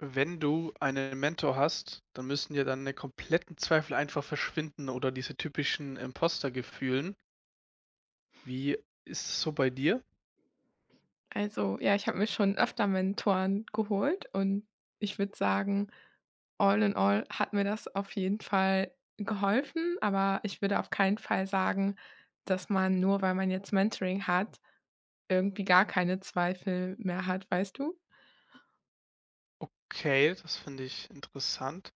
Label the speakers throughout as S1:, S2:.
S1: Wenn du einen Mentor hast, dann müssen ja deine kompletten Zweifel einfach verschwinden oder diese typischen Imposter-Gefühlen. Wie ist es so bei dir?
S2: Also, ja, ich habe mir schon öfter Mentoren geholt und ich würde sagen, all in all hat mir das auf jeden Fall geholfen, aber ich würde auf keinen Fall sagen, dass man nur, weil man jetzt Mentoring hat, irgendwie gar keine Zweifel mehr hat, weißt du?
S1: Okay, das finde ich interessant.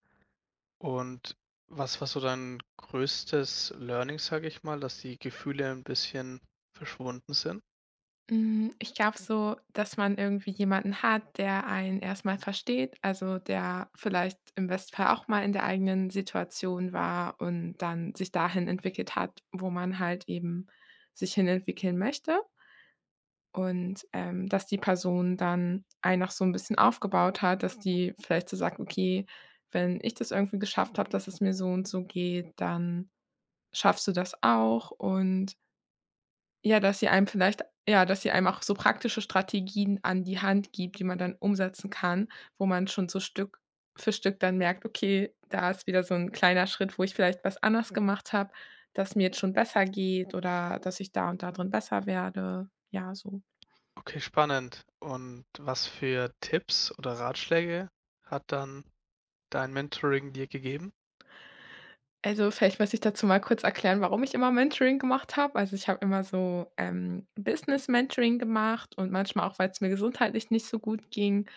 S1: Und was war so dein größtes Learning, sage ich mal, dass die Gefühle ein bisschen verschwunden sind?
S2: Hm, ich glaube so, dass man irgendwie jemanden hat, der einen erstmal versteht, also der vielleicht im besten Fall auch mal in der eigenen Situation war und dann sich dahin entwickelt hat, wo man halt eben sich hinentwickeln möchte und, dass die Person dann einen auch so ein bisschen aufgebaut hat, dass die vielleicht so sagt: „Okay, wenn ich das irgendwie geschafft habe, dass es mir so und so geht, dann schaffst du das auch.“ Und ja, dass sie einem vielleicht ja, dass sie einem auch so praktische Strategien an die Hand gibt, die man dann umsetzen kann, wo man schon so Stück für Stück dann merkt: „Okay, da ist wieder so ein kleiner Schritt, wo ich vielleicht was anders gemacht habe, dass mir jetzt schon besser geht oder dass ich da und da drin besser werde.“ Ja, so.
S1: Okay, spannend. Und was für Tipps oder Ratschläge hat dann dein Mentoring dir gegeben?
S2: Also, vielleicht muss ich dazu mal kurz erklären, warum ich immer Mentoring gemacht habe. Also, ich habe immer so, Business-Mentoring gemacht und manchmal auch, weil es mir gesundheitlich nicht so gut ging.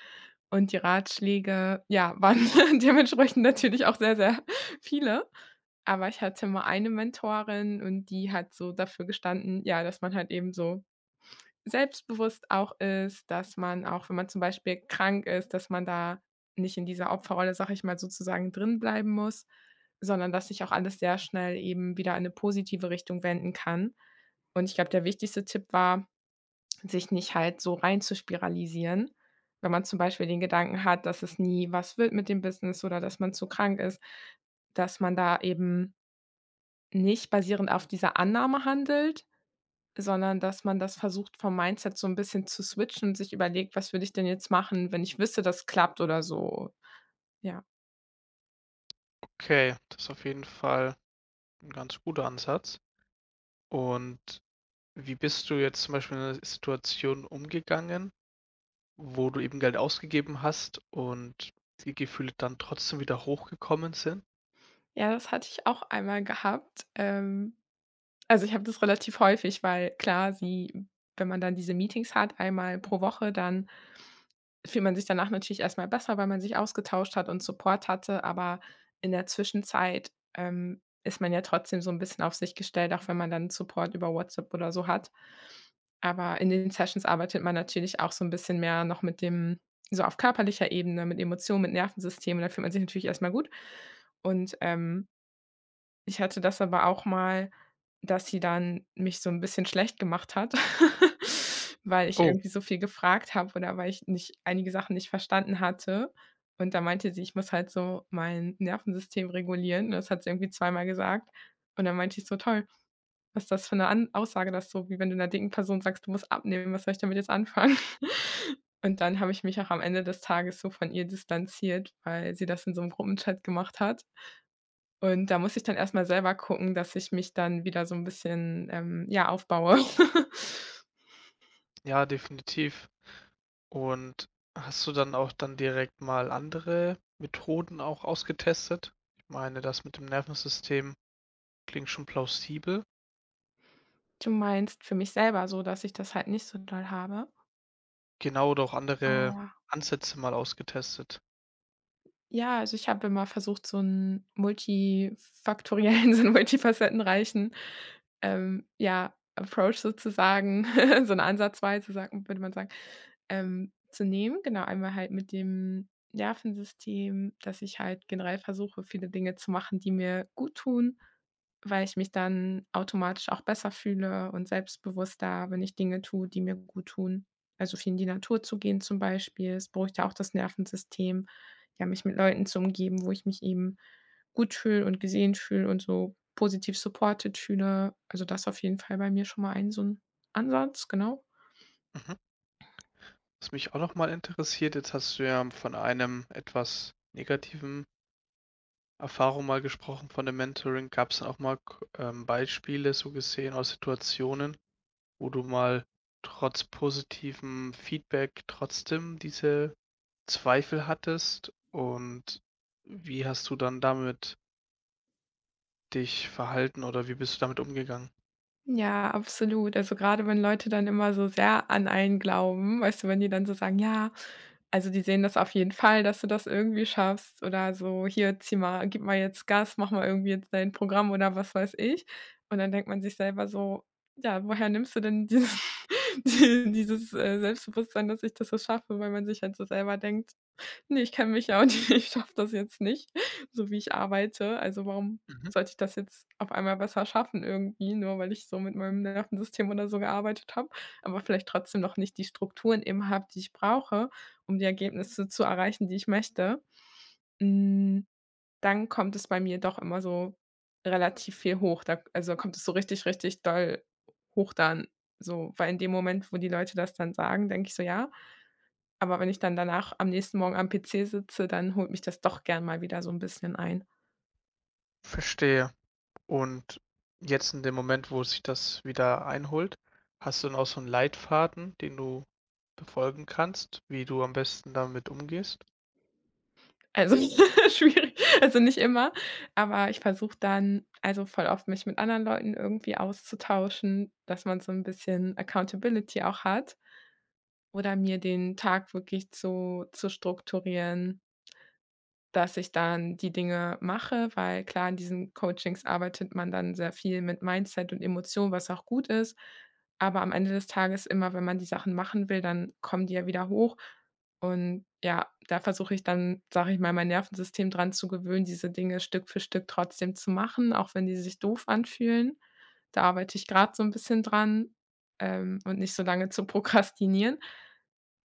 S2: Und die Ratschläge, ja, waren dementsprechend natürlich auch sehr, sehr viele. Aber ich hatte mal eine Mentorin und die hat so dafür gestanden, ja, dass man halt eben so selbstbewusst auch ist, dass man auch, wenn man zum Beispiel krank ist, dass man da nicht in dieser Opferrolle, sage ich mal, sozusagen drin bleiben muss, sondern dass sich auch alles sehr schnell eben wieder in 'ne positive Richtung wenden kann. Und ich glaube, der wichtigste Tipp war, sich nicht halt so rein zu spiralisieren. Wenn man zum Beispiel den Gedanken hat, dass es nie was wird mit dem Business oder dass man zu krank ist, dass man da eben nicht basierend auf dieser Annahme handelt, sondern dass man das versucht, vom Mindset so ein bisschen zu switchen und sich überlegt: „Was würde ich denn jetzt machen, wenn ich wüsste, das klappt?“ oder so, ja.
S1: Okay, das ist auf jeden Fall ein ganz guter Ansatz. Und wie bist du jetzt zum Beispiel in einer Situation umgegangen, wo du eben Geld ausgegeben hast und die Gefühle dann trotzdem wieder hochgekommen sind?
S2: Ja, das hatte ich auch einmal gehabt. Also, ich habe das relativ häufig, weil klar, sie wenn man dann diese Meetings hat, einmal pro Woche, dann fühlt man sich danach natürlich erstmal besser, weil man sich ausgetauscht hat und Support hatte, aber in der Zwischenzeit, ist man ja trotzdem so ein bisschen auf sich gestellt, auch wenn man dann Support über WhatsApp oder so hat. Aber in den Sessions arbeitet man natürlich auch so ein bisschen mehr noch mit dem so auf körperlicher Ebene, mit Emotionen, mit Nervensystemen. Da fühlt man sich natürlich erstmal gut. Und, ich hatte das aber auch mal, dass sie dann mich so 'n bisschen schlecht gemacht hat, weil ich
S1: Oh.
S2: irgendwie so viel gefragt habe oder weil ich nicht einige Sachen nicht verstanden hatte. Und da meinte sie, ich muss halt so mein Nervensystem regulieren. Das hat sie irgendwie zweimal gesagt. Und dann meinte ich so: „Toll, was ist das für 'ne An Aussage?“ Das ist so, wie wenn du 'ner dicken Person sagst: „Du musst abnehmen.“ Was soll ich damit jetzt anfangen? Und dann habe ich mich auch am Ende des Tages so von ihr distanziert, weil sie das in so 'nem Gruppenchat gemacht hat. Und da muss ich dann erst mal selber gucken, dass ich mich dann wieder so 'n bisschen, ja, aufbaue.
S1: Ja, definitiv. Und hast du dann auch dann direkt mal andere Methoden auch ausgetestet? Ich meine, das mit dem Nervensystem klingt schon plausibel.
S2: Du meinst für mich selber so, dass ich das halt nicht so doll habe?
S1: Genau, oder auch andere
S2: Oh.
S1: Ansätze mal ausgetestet.
S2: Ja, also ich habe immer versucht, so 'n multifaktoriellen, so 'n multifacettenreichen, ja, Approach sozusagen, so eine Ansatzweise, sagt würde man sagen, zu nehmen. Genau, einmal halt mit dem Nervensystem, dass ich halt generell versuche, viele Dinge zu machen, die mir gut tun, weil ich mich dann automatisch auch besser fühle und selbstbewusster, wenn ich Dinge tue, die mir gut tun. Also, viel in die Natur zu gehen zum Beispiel, es beruhigt ja auch das Nervensystem, ja, mich mit Leuten zu umgeben, wo ich mich eben gut fühle und gesehen fühle und so positiv supported fühle. Also, das auf jeden Fall bei mir schon mal ein so ein Ansatz, genau.
S1: Mhm. Was mich auch noch mal interessiert, jetzt hast du ja von einem etwas negativen Erfahrung mal gesprochen von dem Mentoring. Gab es auch mal k Beispiele so gesehen aus Situationen, wo du mal trotz positivem Feedback trotzdem diese Zweifel hattest? Und wie hast du dann damit dich verhalten oder wie bist du damit umgegangen?
S2: Ja, absolut. Also, gerade wenn Leute dann immer so sehr an einen glauben, weißt du, wenn die dann so sagen: „Ja, also, die sehen das auf jeden Fall, dass du das irgendwie schaffst“ oder so: „Hier, zieh mal gib mal jetzt Gas, mach mal irgendwie jetzt dein Programm“ oder was weiß ich. Und dann denkt man sich selber so: „Ja, woher nimmst du denn dieses dieses, Selbstbewusstsein, dass ich das so schaffe?“ Weil man sich halt so selber denkt: Ne, ich kenne mich ja und ich schaffe das jetzt nicht, so wie ich arbeite. Also, warum
S1: Mhm,
S2: sollte ich das jetzt auf einmal besser schaffen irgendwie, nur weil ich so mit meinem Nervensystem oder so gearbeitet habe, aber vielleicht trotzdem noch nicht die Strukturen eben habe, die ich brauche, um die Ergebnisse zu erreichen, die ich möchte. Hm, dann kommt es bei mir doch immer so relativ viel hoch. Da also, kommt es so richtig, richtig doll hoch dann so, weil in dem Moment, wo die Leute das dann sagen, denke ich so: „Ja“, aber wenn ich dann danach am nächsten Morgen am PC sitze, dann holt mich das doch gern mal wieder so 'n bisschen ein.
S1: verstehe. Und jetzt in dem Moment, wo sich das wieder einholt, hast du dann auch so einen Leitfaden, den du befolgen kannst, wie du am besten damit umgehst?
S2: Also, schwierig, also nicht immer, aber ich versuche dann also voll oft mich mit anderen Leuten irgendwie auszutauschen, dass man so 'n bisschen Accountability auch hat oder mir den Tag wirklich zu strukturieren. Dass ich dann die Dinge mache, weil klar, in diesen Coachings arbeitet man dann sehr viel mit Mindset und Emotionen, was auch gut ist. Aber am Ende des Tages immer, wenn man die Sachen machen will, dann kommen die ja wieder hoch. Und ja, da versuche ich dann, sage ich mal, mein Nervensystem dran zu gewöhnen, diese Dinge Stück für Stück trotzdem zu machen, auch wenn die sich doof anfühlen. Da arbeite ich gerade so ein bisschen dran, und nicht so lange zu prokrastinieren.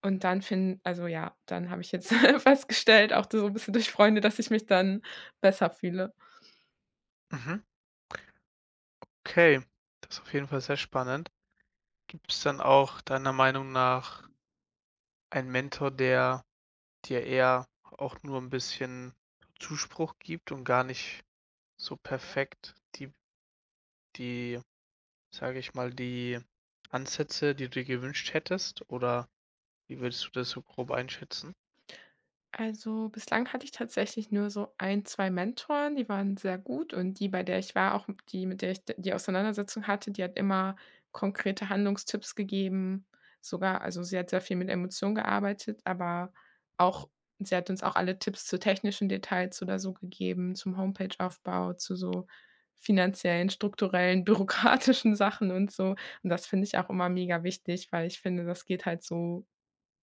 S2: Und dann fin also ja, dann habe ich jetzt festgestellt, auch so 'n bisschen durch Freunde, dass ich mich dann besser fühle.
S1: Mhm. Okay, das ist auf jeden Fall sehr spannend. Gibt es dann auch deiner Meinung nach einen Mentor, der dir eher auch nur ein bisschen Zuspruch gibt und gar nicht so perfekt die die, sage ich mal, die Ansätze, die du dir gewünscht hättest? Oder wie würdest du das so grob einschätzen?
S2: Also bislang hatte ich tatsächlich nur so ein, 2 Mentoren, die waren sehr gut und die, bei der ich war, auch die, mit der ich d die Auseinandersetzung hatte, die hat immer konkrete Handlungstipps gegeben, sogar also sie hat sehr viel mit Emotionen gearbeitet, aber auch sie hat uns auch alle Tipps zu technischen Details oder so gegeben, zum Homepageaufbau, zu so finanziellen, strukturellen, bürokratischen Sachen und so. Und das finde ich auch immer mega wichtig, weil ich finde, das geht halt so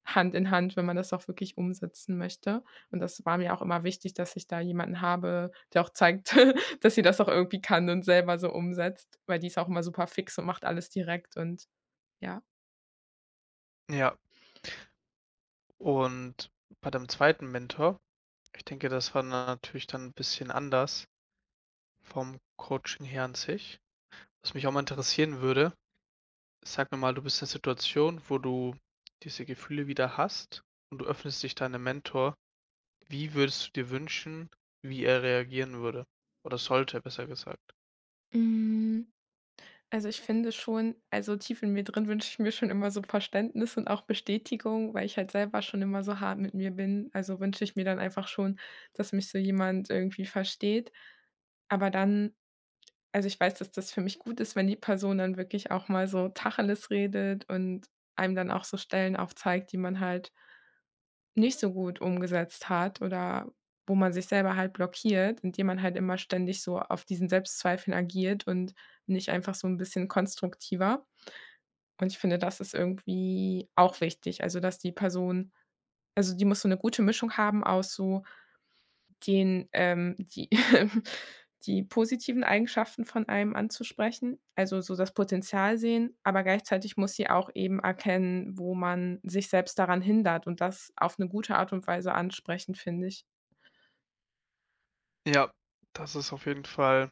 S2: Hand in Hand, wenn man das auch wirklich umsetzen möchte. Und das war mir auch immer wichtig, dass ich da jemanden habe, der auch zeigt, dass sie das auch irgendwie kann und selber so umsetzt, weil die ist auch immer super fix und macht alles direkt und ja.
S1: Ja, und bei deinem zweiten Mentor, ich denke, das war natürlich dann 'n bisschen anders vom Coaching her an sich. Was mich auch mal interessieren würde, sag mir mal, du bist in einer Situation, wo du diese Gefühle wieder hast und du öffnest dich deinem Mentor. Wie würdest du dir wünschen, wie er reagieren würde oder sollte, besser gesagt?
S2: Hm, also, ich finde schon also, tief in mir drin wünsche ich mir schon immer so Verständnis und auch Bestätigung, weil ich halt selber schon immer so hart mit mir bin. Also, wünsche ich mir dann einfach schon, dass mich so jemand irgendwie versteht. Aber dann also, ich weiß, dass das für mich gut ist, wenn die Person dann wirklich auch mal so Tacheles redet und einem dann auch so Stellen aufzeigt, die man halt nicht so gut umgesetzt hat oder wo man sich selber halt blockiert, indem man halt immer ständig so auf diesen Selbstzweifeln agiert und nicht einfach so ein bisschen konstruktiver. Und ich finde, das ist irgendwie auch wichtig, also, dass die Person also, die muss so eine gute Mischung haben aus so den, die die positiven Eigenschaften von einem anzusprechen, also so das Potenzial sehen, aber gleichzeitig muss sie auch eben erkennen, wo man sich selbst daran hindert und das auf eine gute Art und Weise ansprechen, finde ich.
S1: Ja, das ist auf jeden Fall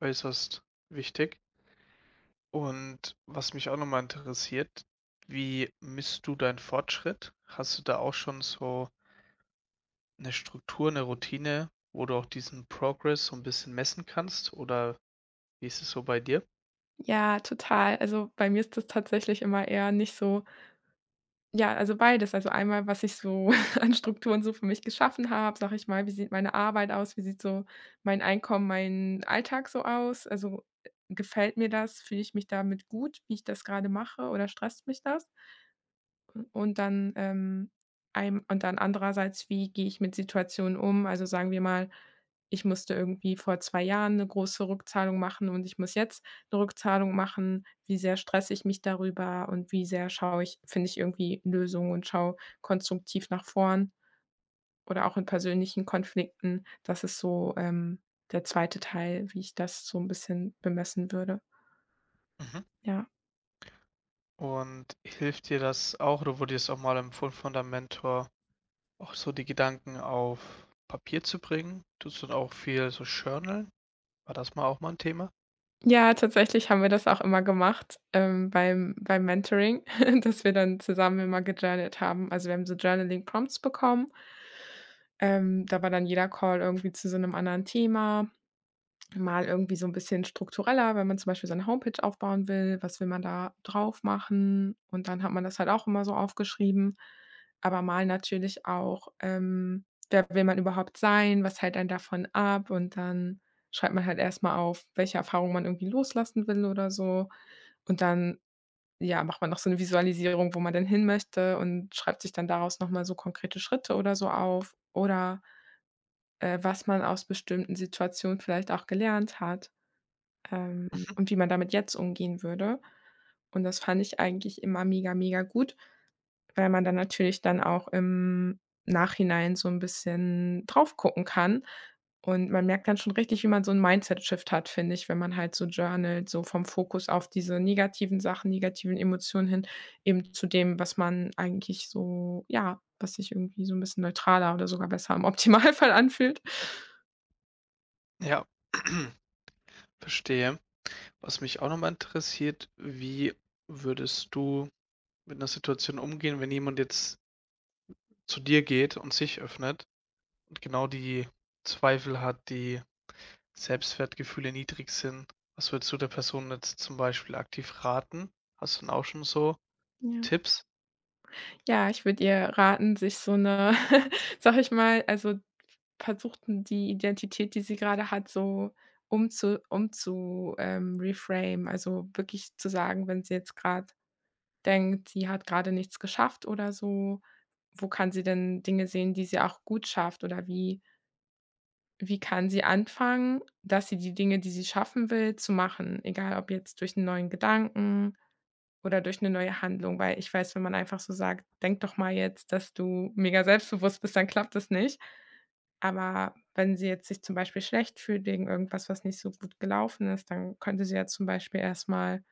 S1: äußerst wichtig. Und was mich auch noch mal interessiert, wie misst du deinen Fortschritt? Hast du da auch schon so eine Struktur, eine Routine, wo du auch diesen Progress so ein bisschen messen kannst oder wie ist es so bei dir?
S2: Ja, total. Also, bei mir ist das tatsächlich immer eher nicht so. Ja, also beides. Also einmal, was ich so an Strukturen so für mich geschaffen habe, sage ich mal, wie sieht meine Arbeit aus, wie sieht so mein Einkommen, mein Alltag so aus? Also, gefällt mir das? Fühle ich mich damit gut, wie ich das gerade mache oder stresst mich das? Und dann, einem und dann andererseits, wie gehe ich mit Situationen um? Also, sagen wir mal, ich musste irgendwie vor 2 Jahren eine große Rückzahlung machen und ich muss jetzt eine Rückzahlung machen. Wie sehr stresse ich mich darüber und wie sehr schaue ich finde ich irgendwie Lösungen und schaue konstruktiv nach vorn oder auch in persönlichen Konflikten. Das ist so, der zweite Teil, wie ich das so ein bisschen bemessen würde.
S1: Mhm.
S2: Ja.
S1: Und hilft dir das auch oder wurde dir das auch mal empfohlen von deinem Mentor, auch so die Gedanken auf Papier zu bringen? Tust du dann auch viel so journalen? War das mal auch mal ein Thema?
S2: Ja, tatsächlich haben wir das auch immer gemacht, beim Mentoring, dass wir dann zusammen immer gejournalt haben. Also, wir haben so Journaling-Prompts bekommen. Da war dann jeder Call irgendwie zu so einem anderen Thema mal irgendwie so ein bisschen struktureller. Wenn man zum Beispiel seine Homepage aufbauen will, was will man da drauf machen? Und dann hat man das halt auch immer so aufgeschrieben, aber mal natürlich auch, wer will man überhaupt sein? Was hält einen davon ab? Und dann schreibt man halt erst mal auf, welche Erfahrungen man irgendwie loslassen will oder so. Und dann, ja, macht man noch so eine Visualisierung, wo man denn hin möchte und schreibt sich dann daraus noch mal so konkrete Schritte oder so auf oder, was man aus bestimmten Situationen vielleicht auch gelernt hat,
S1: Mhm.
S2: und wie man damit jetzt umgehen würde. Und das fand ich eigentlich immer mega, mega gut, weil man dann natürlich dann auch im Nachhinein so 'n bisschen drauf gucken kann. Und man merkt dann schon richtig, wie man so 'n Mindset-Shift hat, finde ich, wenn man halt so journalt, so vom Fokus auf diese negativen Sachen, negativen Emotionen hin eben zu dem, was man eigentlich so ja, was sich irgendwie so 'n bisschen neutraler oder sogar besser im Optimalfall anfühlt.
S1: Ja, verstehe. Was mich auch noch mal interessiert, wie würdest du mit einer Situation umgehen, wenn jemand jetzt zu dir geht und sich öffnet und genau die Zweifel hat, die Selbstwertgefühle niedrig sind? Was würdest du der Person jetzt zum Beispiel aktiv raten? Hast du denn auch schon so
S2: Ja.
S1: Tipps?
S2: Ja, ich würde ihr raten, sich so 'ne sag ich mal also, versuchten die Identität, die sie gerade hat, so umzu umzu reframe. Also, wirklich zu sagen, wenn sie jetzt gerade denkt, sie hat gerade nichts geschafft oder so, wo kann sie denn Dinge sehen, die sie auch gut schafft. Oder wie kann sie anfangen, dass sie die Dinge, die sie schaffen will, zu machen, egal ob jetzt durch einen neuen Gedanken oder durch eine neue Handlung, weil ich weiß, wenn man einfach so sagt: „Denk doch mal jetzt, dass du mega selbstbewusst bist“, dann klappt das nicht. Aber wenn sie jetzt sich zum Beispiel schlecht fühlt wegen irgendwas, was nicht so gut gelaufen ist, dann könnte sie ja zum Beispiel erst mal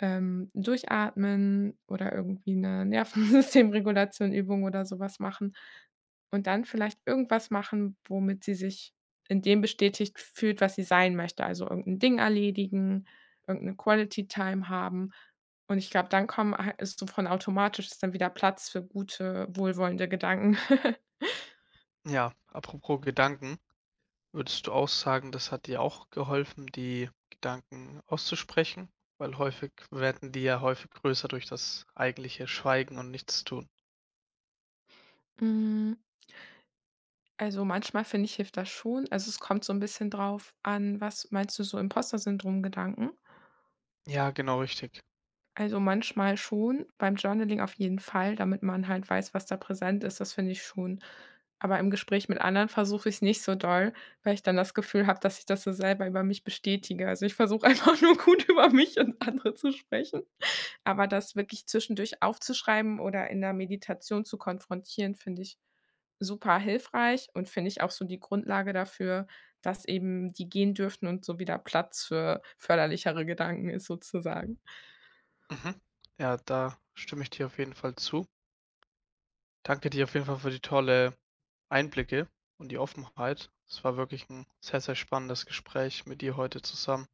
S2: durchatmen oder irgendwie eine Nervensystemregulation-Übung oder sowas machen und dann vielleicht irgendwas machen, womit sie sich in dem bestätigt fühlt, was sie sein möchte. Also, irgendein Ding erledigen, irgendeine Quality Time haben. Und ich glaube, dann kommen ha ist so von automatisch ist dann wieder Platz für gute, wohlwollende Gedanken.
S1: Ja, apropos Gedanken, würdest du auch sagen, das hat dir auch geholfen, die Gedanken auszusprechen? Weil häufig werden die ja häufig größer durch das eigentliche Schweigen und Nichtstun.
S2: Hm, also, manchmal finde ich, hilft das schon. Also, es kommt so ein bisschen drauf an, was meinst du, so Imposter-Syndrom-Gedanken?
S1: Ja, genau richtig.
S2: Also, manchmal schon, beim Journaling auf jeden Fall, damit man halt weiß, was da präsent ist, das finde ich schon. Aber im Gespräch mit anderen versuche ich es nicht so doll, weil ich dann das Gefühl habe, dass ich das so selber über mich bestätige. Also, ich versuche einfach nur gut über mich und andere zu sprechen. Aber das wirklich zwischendurch aufzuschreiben oder in der Meditation zu konfrontieren, finde ich super hilfreich und finde ich auch so die Grundlage dafür, dass eben die gehen dürften und so wieder Platz für förderlichere Gedanken ist sozusagen.
S1: Mhm. Ja, da stimme ich dir auf jeden Fall zu. Danke dir auf jeden Fall für die tolle Einblicke und die Offenheit. Es war wirklich ein sehr, sehr spannendes Gespräch mit dir heute zusammen.